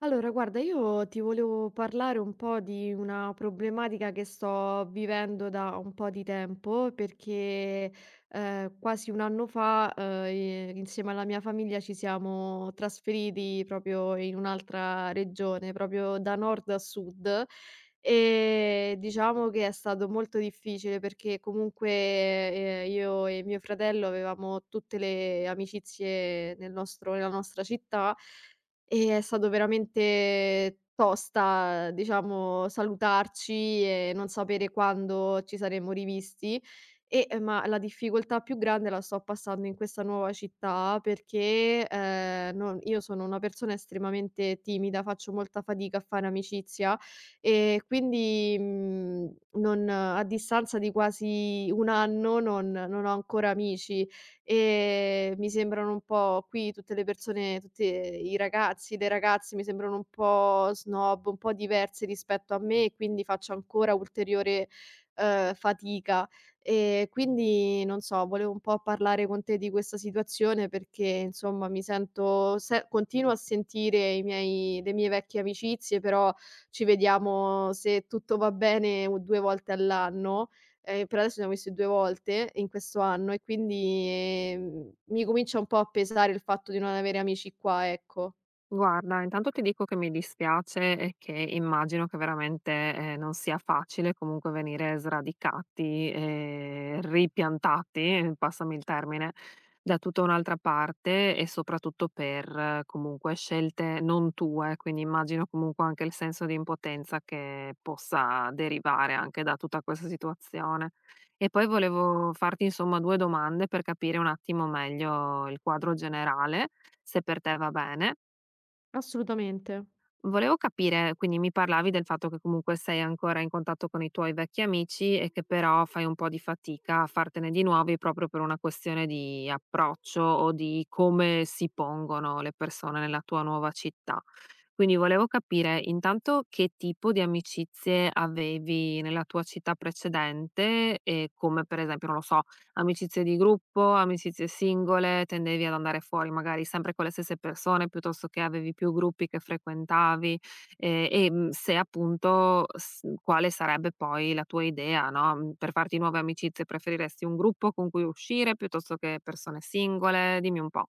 Allora, guarda, io ti volevo parlare un po' di una problematica che sto vivendo da un po' di tempo, perché quasi un anno fa insieme alla mia famiglia ci siamo trasferiti proprio in un'altra regione, proprio da nord a sud. E diciamo che è stato molto difficile perché comunque io e mio fratello avevamo tutte le amicizie nella nostra città e è stato veramente tosta, diciamo, salutarci e non sapere quando ci saremmo rivisti. Ma la difficoltà più grande la sto passando in questa nuova città perché, non io sono una persona estremamente timida, faccio molta fatica a fare amicizia e quindi, non a distanza di quasi 1 anno non ho ancora amici e mi sembrano un po' qui tutte le persone, tutti i ragazzi, le ragazze mi sembrano un po' snob, un po' diverse rispetto a me e quindi faccio ancora ulteriore, fatica. E quindi non so, volevo un po' parlare con te di questa situazione perché insomma mi sento se continuo a sentire i miei le mie vecchie amicizie, però ci vediamo, se tutto va bene, u 2 volte all'anno. Per adesso ne ho visti 2 volte in questo anno e quindi, mi comincia un po' a pesare il fatto di non avere amici qua, ecco. Guarda, intanto ti dico che mi dispiace e che immagino che veramente non sia facile comunque venire sradicati e ripiantati, passami il termine, da tutta un'altra parte e soprattutto per comunque scelte non tue, quindi immagino comunque anche il senso di impotenza che possa derivare anche da tutta questa situazione. E poi volevo farti insomma due domande per capire un attimo meglio il quadro generale, se per te va bene. Assolutamente. Volevo capire, quindi mi parlavi del fatto che comunque sei ancora in contatto con i tuoi vecchi amici e che però fai un po' di fatica a fartene di nuovi proprio per una questione di approccio o di come si pongono le persone nella tua nuova città. Quindi volevo capire intanto che tipo di amicizie avevi nella tua città precedente e come per esempio, non lo so, amicizie di gruppo, amicizie singole, tendevi ad andare fuori magari sempre con le stesse persone, piuttosto che avevi più gruppi che frequentavi, se appunto s quale sarebbe poi la tua idea, no, per farti nuove amicizie, preferiresti un gruppo con cui uscire piuttosto che persone singole? Dimmi un po'.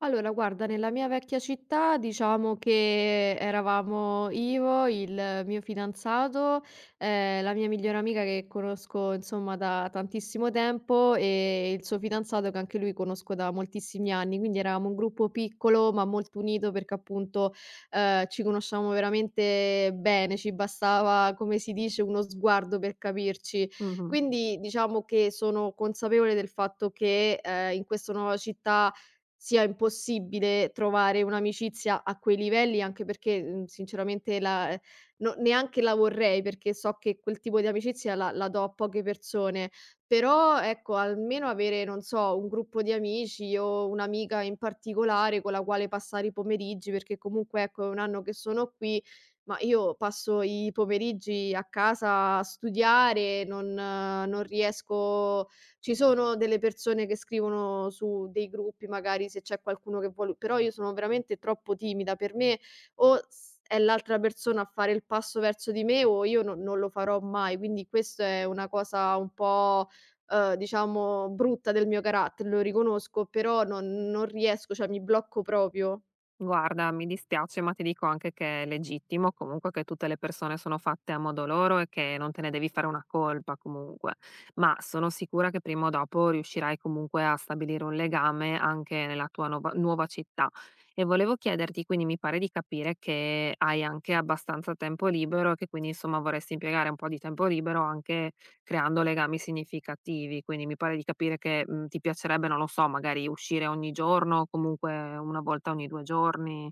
Allora guarda, nella mia vecchia città diciamo che eravamo Ivo, il mio fidanzato, la mia migliore amica che conosco insomma da tantissimo tempo e il suo fidanzato che anche lui conosco da moltissimi anni, quindi eravamo un gruppo piccolo ma molto unito perché appunto, ci conosciamo veramente bene, ci bastava, come si dice, uno sguardo per capirci. Mh-mh. Quindi diciamo che sono consapevole del fatto che, in questa nuova città sia impossibile trovare un'amicizia a quei livelli, anche perché, sinceramente la no, neanche la vorrei, perché so che quel tipo di amicizia la do a poche persone. Però, ecco, almeno avere, non so, un gruppo di amici o un'amica in particolare con la quale passare i pomeriggi, perché comunque, ecco, è 1 anno che sono qui, ma io passo i pomeriggi a casa a studiare, non riesco. Ci sono delle persone che scrivono su dei gruppi, magari se c'è qualcuno che vuol, però io sono veramente troppo timida. Per me o s è l'altra persona a fare il passo verso di me o io no, non lo farò mai. Quindi questo è una cosa un po', diciamo, brutta del mio carattere, lo riconosco, però non riesco, cioè mi blocco proprio. Guarda, mi dispiace, ma ti dico anche che è legittimo comunque che tutte le persone sono fatte a modo loro e che non te ne devi fare una colpa comunque, ma sono sicura che prima o dopo riuscirai comunque a stabilire un legame anche nella tua nuova città. E volevo chiederti, quindi mi pare di capire che hai anche abbastanza tempo libero e che quindi insomma vorresti impiegare un po' di tempo libero anche creando legami significativi, quindi mi pare di capire che, ti piacerebbe, non lo so, magari uscire ogni giorno, comunque 1 volta ogni 2 giorni,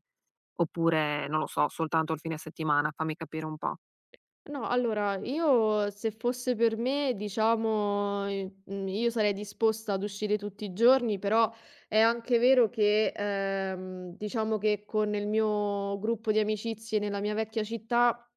oppure, non lo so, soltanto il fine settimana? Fammi capire un po'. No, allora io se fosse per me, diciamo, io sarei disposta ad uscire tutti i giorni, però è anche vero che, diciamo che con il mio gruppo di amicizie nella mia vecchia città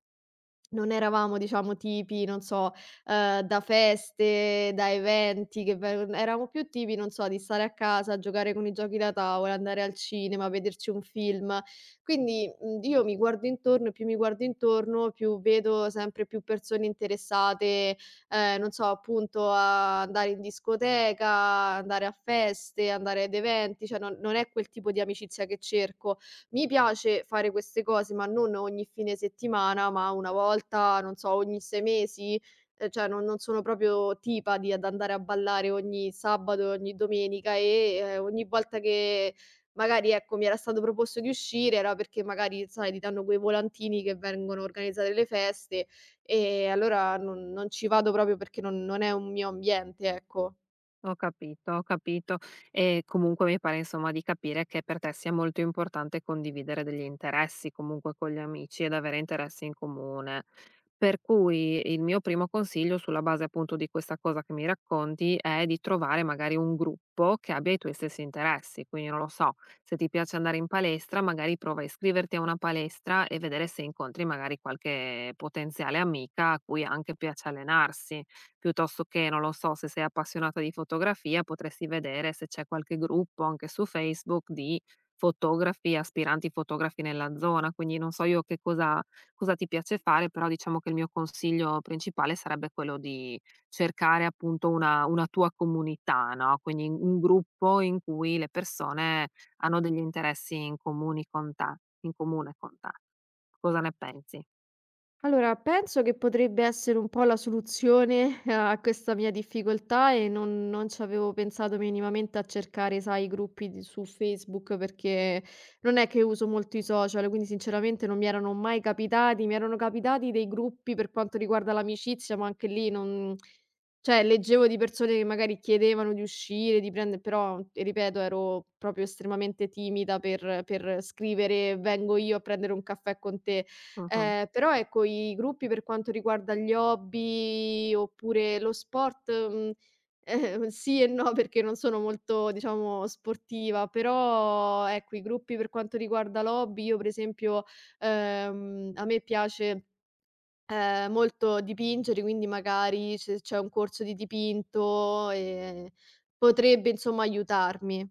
non eravamo, diciamo, tipi, non so, da feste, da eventi che vengon eravamo più tipi, non so, di stare a casa, giocare con i giochi da tavola, andare al cinema, vederci un film. Quindi, io mi guardo intorno e più mi guardo intorno, più vedo sempre più persone interessate, non so, appunto a andare in discoteca, andare a feste, andare ad eventi, cioè non è quel tipo di amicizia che cerco. Mi piace fare queste cose, ma non ogni fine settimana, ma una volta, non so, ogni 6 mesi, cioè non sono proprio tipa di ad andare a ballare ogni sabato, ogni domenica e, ogni volta che magari, ecco, mi era stato proposto di uscire era perché magari, sai, ti danno quei volantini che vengono organizzate le feste, e allora non ci vado proprio perché non è un mio ambiente, ecco. Ho capito, ho capito. E comunque mi pare insomma di capire che per te sia molto importante condividere degli interessi comunque con gli amici ed avere interessi in comune. Per cui il mio primo consiglio sulla base appunto di questa cosa che mi racconti è di trovare magari un gruppo che abbia i tuoi stessi interessi. Quindi non lo so, se ti piace andare in palestra, magari prova a iscriverti a una palestra e vedere se incontri magari qualche potenziale amica a cui anche piace allenarsi. Piuttosto che, non lo so, se sei appassionata di fotografia, potresti vedere se c'è qualche gruppo anche su Facebook di fotografi, aspiranti fotografi nella zona. Quindi non so io che cosa ti piace fare, però diciamo che il mio consiglio principale sarebbe quello di cercare appunto una tua comunità, no, quindi un gruppo in cui le persone hanno degli interessi in comuni con te in comune con te. Cosa ne pensi? Allora, penso che potrebbe essere un po' la soluzione a questa mia difficoltà e non ci avevo pensato minimamente a cercare, sai, su Facebook, perché non è che uso molto i social, quindi sinceramente non mi erano mai capitati, mi erano capitati dei gruppi per quanto riguarda l'amicizia, ma anche lì non... Cioè, leggevo di persone che magari chiedevano di uscire, di prendere, però, ripeto, ero proprio estremamente timida per scrivere "vengo io a prendere un caffè con te". Mh-mh. Però ecco, i gruppi per quanto riguarda gli hobby oppure lo sport, sì e no, perché non sono molto, diciamo, sportiva, però ecco, i gruppi per quanto riguarda l'hobby, io per esempio, a me piace, molto dipingere, quindi magari se c'è un corso di dipinto, potrebbe insomma aiutarmi.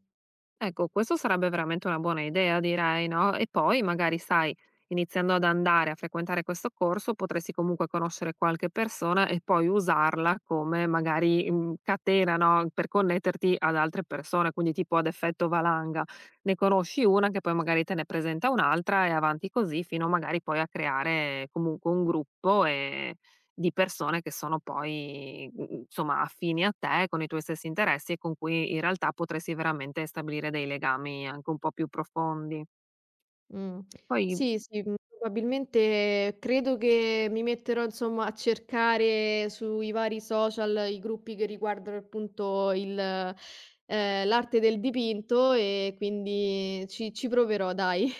Ecco, questo sarebbe veramente una buona idea, direi, no? E poi magari, sai, iniziando ad andare a frequentare questo corso, potresti comunque conoscere qualche persona e poi usarla come magari catena, no? Per connetterti ad altre persone, quindi tipo ad effetto valanga. Ne conosci una che poi magari te ne presenta un'altra e avanti così fino magari poi a creare comunque un gruppo di persone che sono poi, insomma affini a te, con i tuoi stessi interessi e con cui in realtà potresti veramente stabilire dei legami anche un po' più profondi. Mh. Poi Sì, sì, probabilmente credo che mi metterò insomma a cercare sui vari social i gruppi che riguardano appunto il l'arte del dipinto, e quindi ci proverò, dai.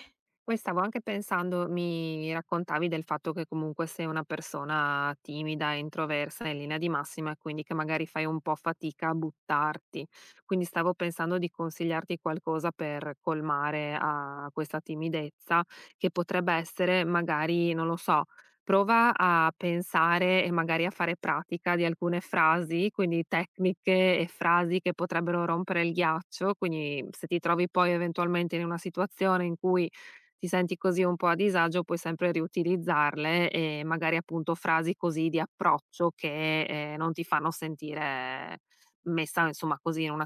Poi stavo anche pensando, mi raccontavi del fatto che comunque sei una persona timida, introversa in linea di massima e quindi che magari fai un po' fatica a buttarti. Quindi stavo pensando di consigliarti qualcosa per colmare a questa timidezza, che potrebbe essere magari, non lo so, prova a pensare e magari a fare pratica di alcune frasi, quindi tecniche e frasi che potrebbero rompere il ghiaccio. Quindi se ti trovi poi eventualmente in una situazione in cui ti senti così un po' a disagio, puoi sempre riutilizzarle e magari appunto frasi così di approccio che non ti fanno sentire messa insomma così in una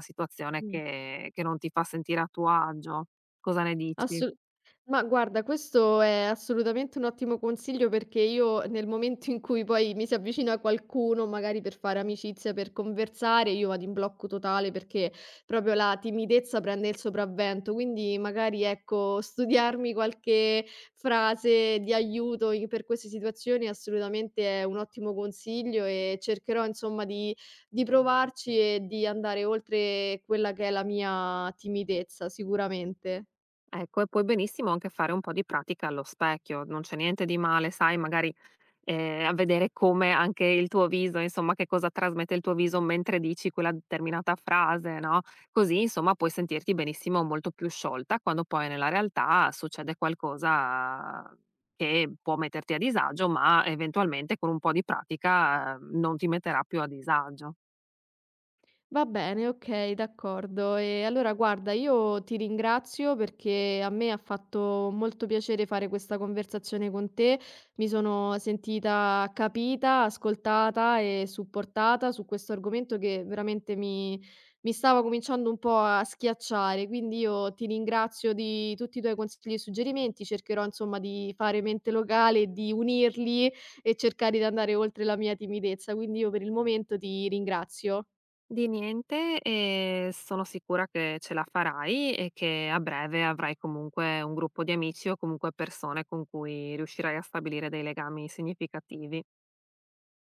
situazione Mh. Che non ti fa sentire a tuo agio. Cosa ne dici? Assu ma guarda, questo è assolutamente un ottimo consiglio perché io nel momento in cui poi mi si avvicina qualcuno, magari per fare amicizia, per conversare, io vado in blocco totale perché proprio la timidezza prende il sopravvento. Quindi magari, ecco, studiarmi qualche frase di aiuto in per queste situazioni assolutamente è un ottimo consiglio, e cercherò insomma di provarci e di andare oltre quella che è la mia timidezza, sicuramente. Ecco, e puoi benissimo anche fare un po' di pratica allo specchio, non c'è niente di male, sai, magari a vedere come anche il tuo viso, insomma, che cosa trasmette il tuo viso mentre dici quella determinata frase, no, così insomma puoi sentirti benissimo molto più sciolta quando poi nella realtà succede qualcosa che può metterti a disagio, ma eventualmente con un po' di pratica, non ti metterà più a disagio. Va bene, okay, d'accordo. E allora guarda, io ti ringrazio perché a me ha fatto molto piacere fare questa conversazione con te. Mi sono sentita capita, ascoltata e supportata su questo argomento che veramente mi stava cominciando un po' a schiacciare. Quindi io ti ringrazio di tutti i tuoi consigli e suggerimenti, cercherò insomma di fare mente locale e di unirli e cercare di andare oltre la mia timidezza. Quindi io per il momento ti ringrazio. Di niente e sono sicura che ce la farai e che a breve avrai comunque un gruppo di amici o comunque persone con cui riuscirai a stabilire dei legami significativi.